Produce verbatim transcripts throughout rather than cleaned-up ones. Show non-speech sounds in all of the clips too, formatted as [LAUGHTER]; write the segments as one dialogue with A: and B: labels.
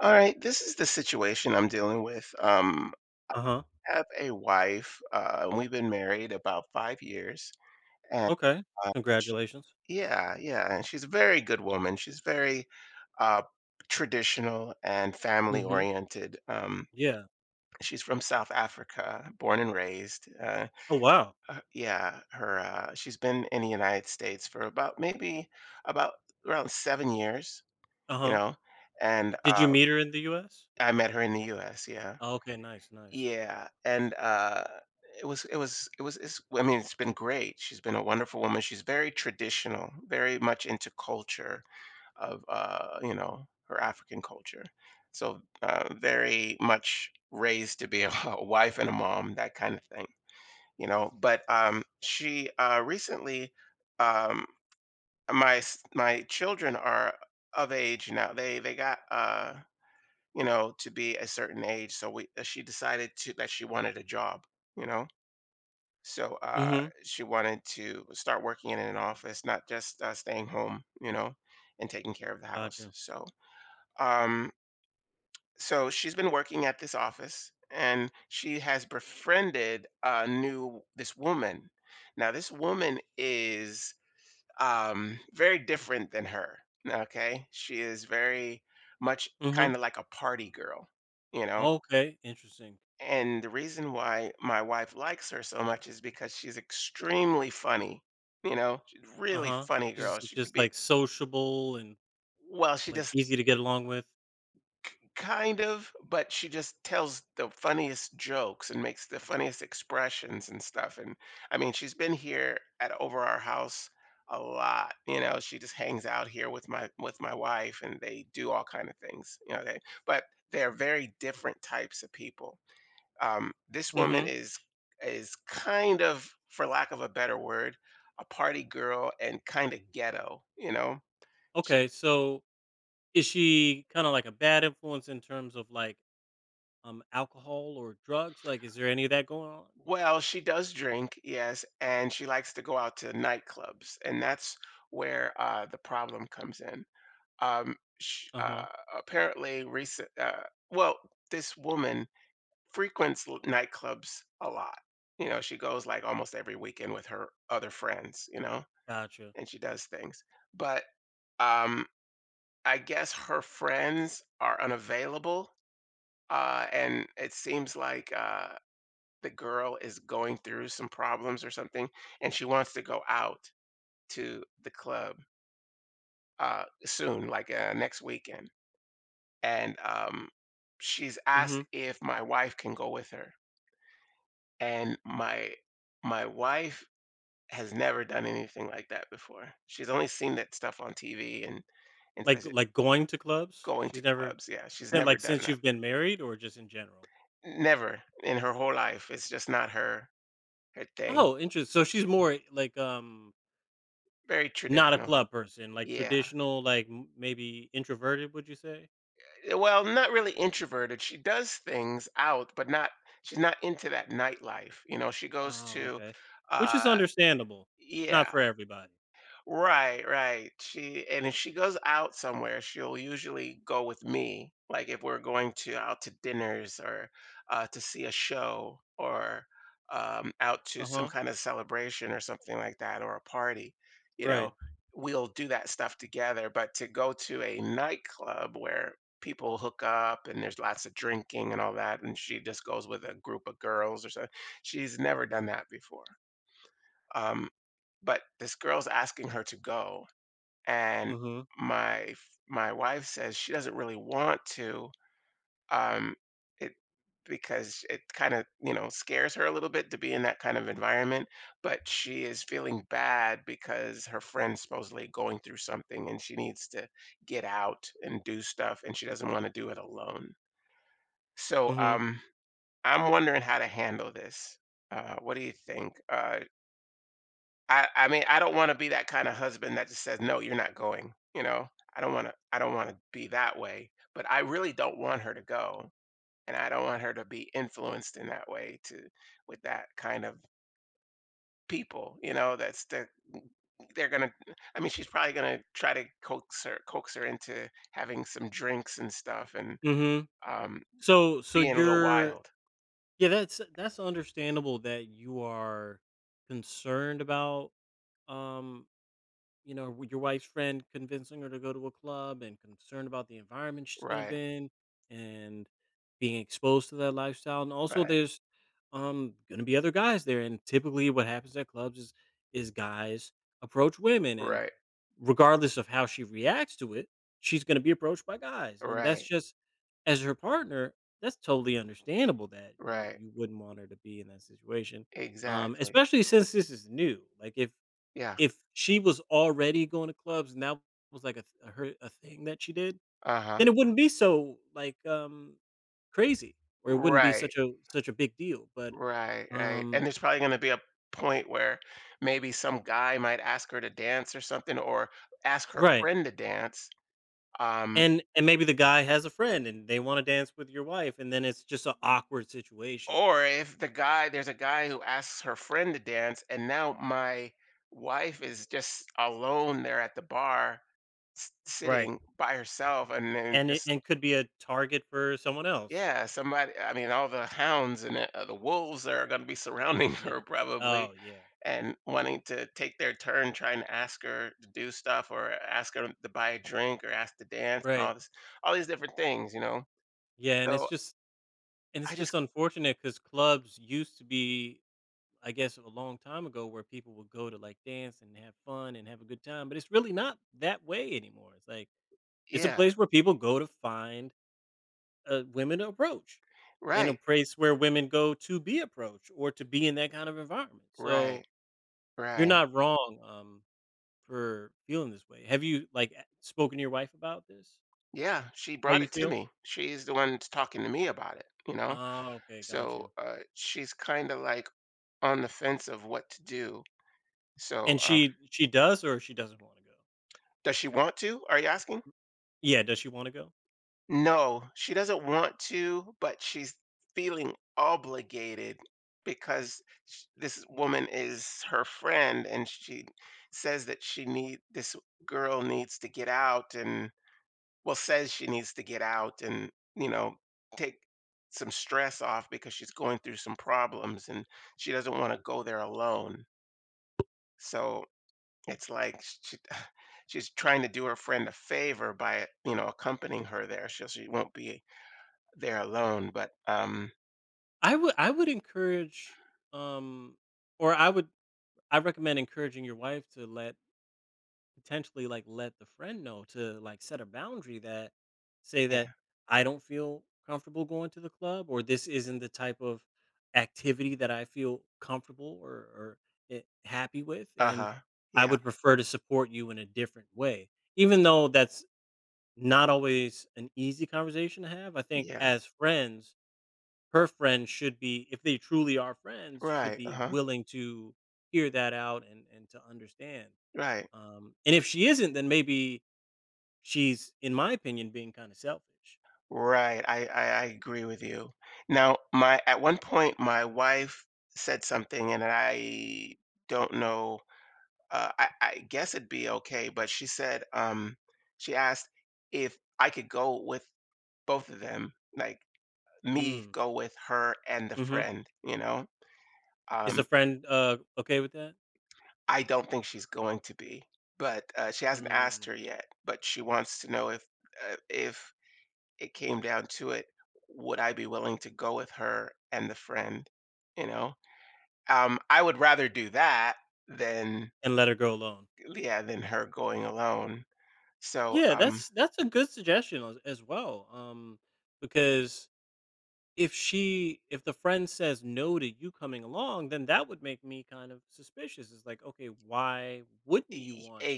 A: All right, this is the situation I'm dealing with. Um,
B: Uh-huh.
A: I have a wife, uh, and we've been married about five years. And
B: Okay.
A: uh,
B: Congratulations.
A: yeah, yeah, and she's a very good woman. She's very uh, traditional and family
B: Mhm.
A: oriented. Um,
B: Yeah.
A: she's from South Africa, born and raised. Uh,
B: Oh, wow.
A: uh, yeah, her uh, She's been in the United States for about maybe about around seven years, you
B: Uh-huh.
A: know, and uh,
B: Did you meet her in the U S?
A: I met her in the U S. Yeah.
B: Oh, okay, nice, nice.
A: Yeah, and, uh, it was it was it was it's I mean, it's been great. She's been a wonderful woman. She's very traditional, very much into culture of, uh, you know, her African culture. So, uh, very much raised to be a [LAUGHS] a wife and a mom, that kind of thing, you know? But, um, she, uh, recently, um my s my children are of age now. They they got, uh you know, to be a certain age. So we uh, she decided to that she wanted a job, you know. So uh,
B: Mhm.
A: she wanted to start working in an office, not just uh, staying home, you know, and taking care of the house.
B: Gotcha.
A: So um, so she's been working at this office, and she has befriended a new this woman. Now this woman is um, very different than her. Okay, she is very much
B: Mhm.
A: kind of like a party girl, you know.
B: Okay, interesting.
A: And the reason why my wife likes her so much is because she's extremely funny. You know, she's a really
B: Uh-huh.
A: funny girl.
B: She's
A: She could
B: just,
A: be,
B: like, sociable and,
A: well, she
B: like,
A: just
B: easy to get along with.
A: k- kind of, but she just tells the funniest jokes and makes the funniest expressions and stuff. And I mean, she's been here at over our house a lot. You know, she just hangs out here with my with my wife and they do all kind of things. You know, they but they're very different types of people. Um, this woman
B: Mhm.
A: is is kind of, for lack of a better word, a party girl and kind of ghetto. You know, she,
B: Okay, so is she kinda like a bad influence in terms of, like, um, alcohol or drugs? Like, is there any of that going on?
A: well, she does drink, yes, and she likes to go out to nightclubs, and that's where uh, the problem comes in. Um, sh uh,
B: Uh-huh.
A: apparently, recent. Uh, well, This woman frequents l- nightclubs a lot. You know, she goes like almost every weekend with her other friends. You know,
B: Gotcha.
A: and she does things, but um I guess her friends are unavailable, uh, and it seems like, uh, the girl is going through some problems or something, and she wants to go out to the club, uh, soon, like, uh, next weekend, and, um, she's asked
B: Mhm.
A: if my wife can go with her, and my my wife has never done anything like that before. She's only seen that stuff on T V and and
B: Like
A: such
B: like, going to clubs?
A: Going to
B: She's never.
A: clubs, yeah, she's
B: And,
A: never
B: like,
A: done.
B: since you've been married or just in general?
A: Never in her whole life. It's just not her her thing.
B: Oh, interest so she's more, like, um,
A: Very
B: not a
A: traditional.
B: club person, like,
A: Yeah.
B: traditional, like, m maybe introverted, would you say?
A: eh, Well, not really introverted. She does things out, but not, she's not into that nightlife. You know, she goes
B: Oh,
A: to
B: okay. Which is
A: uh
B: understandable. It's not
A: yeah.
B: for everybody.
A: Right, right. She, and if she goes out somewhere, she'll usually go with me. Like if we're going to out to dinners or uh, to see a show or um, out to some
B: Uh-huh.
A: kind of celebration or something like that or a party, you
B: Right.
A: know, we'll do that stuff together. But to go to a nightclub where people hook up and there's lots of drinking and all that, and she just goes with a group of girls or something, she's never done that before. Um, but this girl's asking her to go and
B: Mhm.
A: my f- my wife says she doesn't really want to, um it because it kind of, you know, scares her a little bit to be in that kind of environment, but she is feeling bad because her friend's supposedly going through something and she needs to get out and do stuff and she doesn't want to do it alone. So
B: Mhm.
A: um I'm wondering how to handle this. Uh what do you think? Uh I I mean, I don't wanna be that kinda husband that just says, "No, you're not going," you know? I don't wanna I don't wanna be that way, but I really don't want her to go, and I don't want her to be influenced in that way to with that kind of people, you know, that's the they're gonna I mean, she's probably gonna try to coax her coax her into having some drinks and stuff and,
B: Mhm.
A: um,
B: So so
A: being a little
B: you're
A: wild.
B: yeah, that's that's understandable that you are concerned about, um you know, with your wife's friend convincing her to go to a club and concerned about the environment she's going to
A: Right,
B: be in and being exposed to that lifestyle. And also
A: right,
B: there's um going to be other guys there and typically what happens at clubs is is guys approach women and
A: right,
B: regardless of how she reacts to it, she's going to be approached by guys. And that's
A: right,
B: just as her partner, that's totally understandable that you
A: right.
B: you wouldn't want her to be in that situation. Um
A: Exactly.
B: especially since this is new. Like if
A: Yeah.
B: if she was already going to clubs and that was like a th a her a thing that she did,
A: Uh-huh.
B: then it wouldn't be so, like, um, crazy, or it wouldn't be
A: Right.
B: such a such a big deal, but,
A: Right, right. And
B: um.
A: there's probably going to be a point where maybe some guy might ask her to dance or something, or ask her
B: Right,
A: friend to dance. Um,
B: and and maybe the guy has a friend and they wanna dance with your wife, and then it's just an awkward situation.
A: or if the guy, there's a guy who asks her friend to dance, and now my wife is just alone there at the bar, s-
B: Right.
A: sitting by herself, and then
B: And it
A: just,
B: and could be a target for someone else,
A: yeah, somebody. I mean, all the hounds and the uh, the wolves are gonna be
B: you know? Oh,
A: surrounding [LAUGHS]
B: yeah.
A: her probably
B: Oh, yeah.
A: and wanting to take their turn trying to ask her to do stuff or ask her to buy a drink or ask to dance and all
B: Right.
A: this, all these different things, you know?
B: Yeah, and it's
A: So,
B: just and it's
A: I
B: just
A: just
B: unfortunate because clubs used to be I guess a long time ago where people would go to like dance and have fun and have a good time, but it's really not that way anymore. It's like it's a
A: yeah.
B: place where people go to find uh, women to approach, in a
A: Right.
B: place where women go to be approached or to be in that kind of environment. So
A: Right.
B: you're
A: Right.
B: not wrong um, for feeling this way. Have you like a- spoken to your wife about this?
A: Yeah, she
B: How
A: brought
B: you
A: it to
B: feel?
A: me. She's the one that's talking to me about it, you know?
B: Oh, okay, got you.
A: So, uh, she's kinda, like, on the fence of what to do. So,
B: And
A: um,
B: she she does or she doesn't want to go.
A: does she want to? Are you asking?
B: Yeah, does she want to go?
A: No, she doesn't want to, but she's feeling obligated because sh this woman is her friend, and she says that she need this girl needs to get out and, well, says she needs to get out and, you know, take some stress off because she's going through some problems, and she doesn't wanna go there alone. So, it's like she [SIGHS] she's trying to do her friend a favor by, you know, accompanying her there so she won't be, they're alone, but, um
B: I would I would encourage um or I would I recommend encouraging your wife to let potentially like let the friend know to like set a boundary that say that
A: yeah.
B: I don't feel comfortable going to the club or this isn't the type of activity that I feel comfortable or or eh, happy with and
A: Uh-huh.
B: I
A: Yeah,
B: would prefer to support you in a different way. Even though that's not always an easy conversation to have, I think
A: yeah.
B: as friends her friend should be if they truly are friends, should
A: Right,
B: be
A: uh-huh.
B: willing to hear that out and and to understand.
A: Right.
B: Um, and if she isn't, then maybe she's, in my opinion, being kind of selfish.
A: Right, I I I agree with you. Now, my at one point, my wife said something, and I don't know, uh, I I guess it'd be okay, but she said, um she asked if I could go with both of them, like, me
B: Mm,
A: go with her and the
B: mhm.
A: friend, you know?
B: Is the
A: Um,
B: friend, uh, okay with that?
A: I don't think she's going to be, but, uh, she hasn't asked her
B: Mm,
A: yet, but she wants to know if, uh, if it came down to it, would I be willing to go with her and the friend, you know? Um, I would rather do that than,
B: and let her go alone.
A: yeah, than her going alone. So,
B: Yeah,
A: um
B: that's that's a good suggestion as, as well. Um, because if she if the friend says no to you coming along, then that would make me kind of suspicious. It's like, okay, why wouldn't
A: E
B: you want
A: e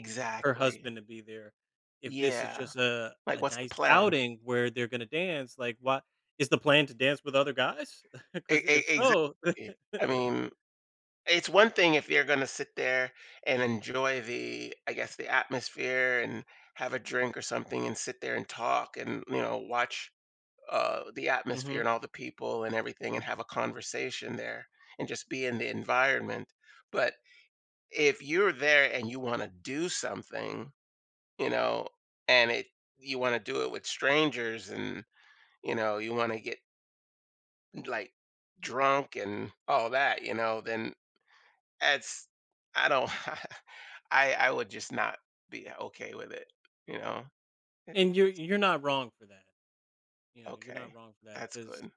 B: her
A: exactly.
B: husband to be there if this is
A: Yeah.
B: just a
A: Like,
B: a
A: what's the
B: nice
A: plan?
B: outing where they're going to dance? Like, what is the plan to dance with other guys? [LAUGHS]
A: E
B: Because
A: e
B: if so, [LAUGHS]
A: exactly. I mean, it's one thing if you're gonna sit there and enjoy the, I guess, the atmosphere and have a drink or something and sit there and talk and, you know, watch uh, the atmosphere
B: Mhm.
A: and all the people and everything and have a conversation there and just be in the environment. But if you're there and you want to do something, you know, and it you want to do it with strangers and, you know, you want to get like drunk and all that, you know, then, It's I don't [LAUGHS] I I would just not be okay with it, you know? It's
B: And you're
A: just
B: you're not wrong for that. You know, you're
A: okay.
B: not wrong for that
A: That's
B: because
A: good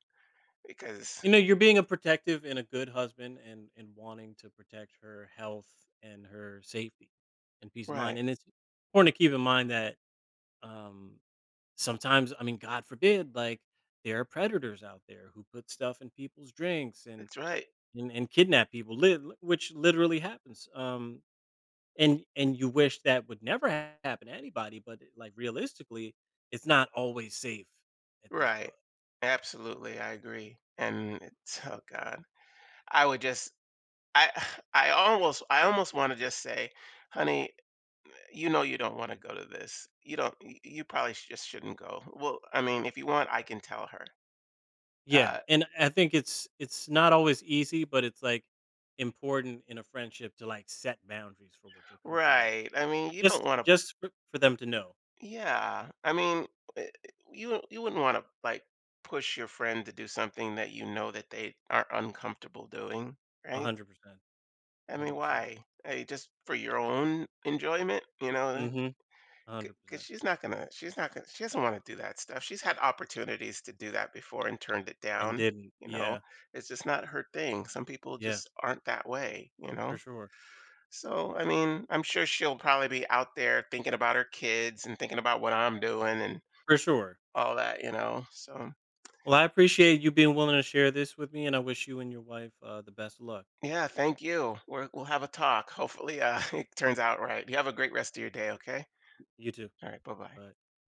A: because
B: you know, you're being a protective and a good husband and and wanting to protect her health and her safety and peace of mind.
A: right.
B: And it's important to keep in mind that um sometimes, I mean, God forbid, like there are predators out there who put stuff in people's drinks and
A: That's right.
B: and, and kidnap people, lit which literally happens. Um and and you wish that would never ha- happen to anybody, but like realistically, it's not always safe at these
A: Right.
B: clubs.
A: Absolutely, I agree, and it's oh god. I would just I [SIGHS] I almost I almost wanna just say, "Honey, you know you don't wanna go to this. You don't y you probably sh just shouldn't go." Well, I mean, if you want, I can tell her.
B: Yeah,
A: Uh
B: and I think it's it's not always easy, but it's like important in a friendship to like set boundaries for what you're comfortable with.
A: Right. I mean, you
B: Just
A: don't wanna,
B: just for, for them to know.
A: yeah, I mean, eh, you you wouldn't want to like push your friend to do something that you know that they are uncomfortable doing, right?
B: one hundred percent.
A: I mean,
B: one hundred percent.
A: why? Hey, just for your own enjoyment, you know?
B: Mhm.
A: Because
B: one hundred percent.
A: she's not gonna, she's not gonna, she doesn't want to do that stuff. She's had opportunities to do that before and turned it
B: And
A: down.
B: didn't.
A: You know,
B: Yeah.
A: it's just not her thing. Some people
B: Yeah,
A: just aren't that way, you
B: for
A: know?
B: sure.
A: So, I mean, I'm sure she'll probably be out there thinking about her kids and thinking about what I'm doing and
B: For sure.
A: all that, you know? So,
B: Well, I appreciate you being willing to share this with me and I wish you and your wife uh, the best of luck.
A: yeah, thank you. We're, we'll have a talk. Hopefully, uh, [LAUGHS] it turns out right. You have a great rest of your day, okay?
B: You too.
A: All right, bye bye.
B: Bye.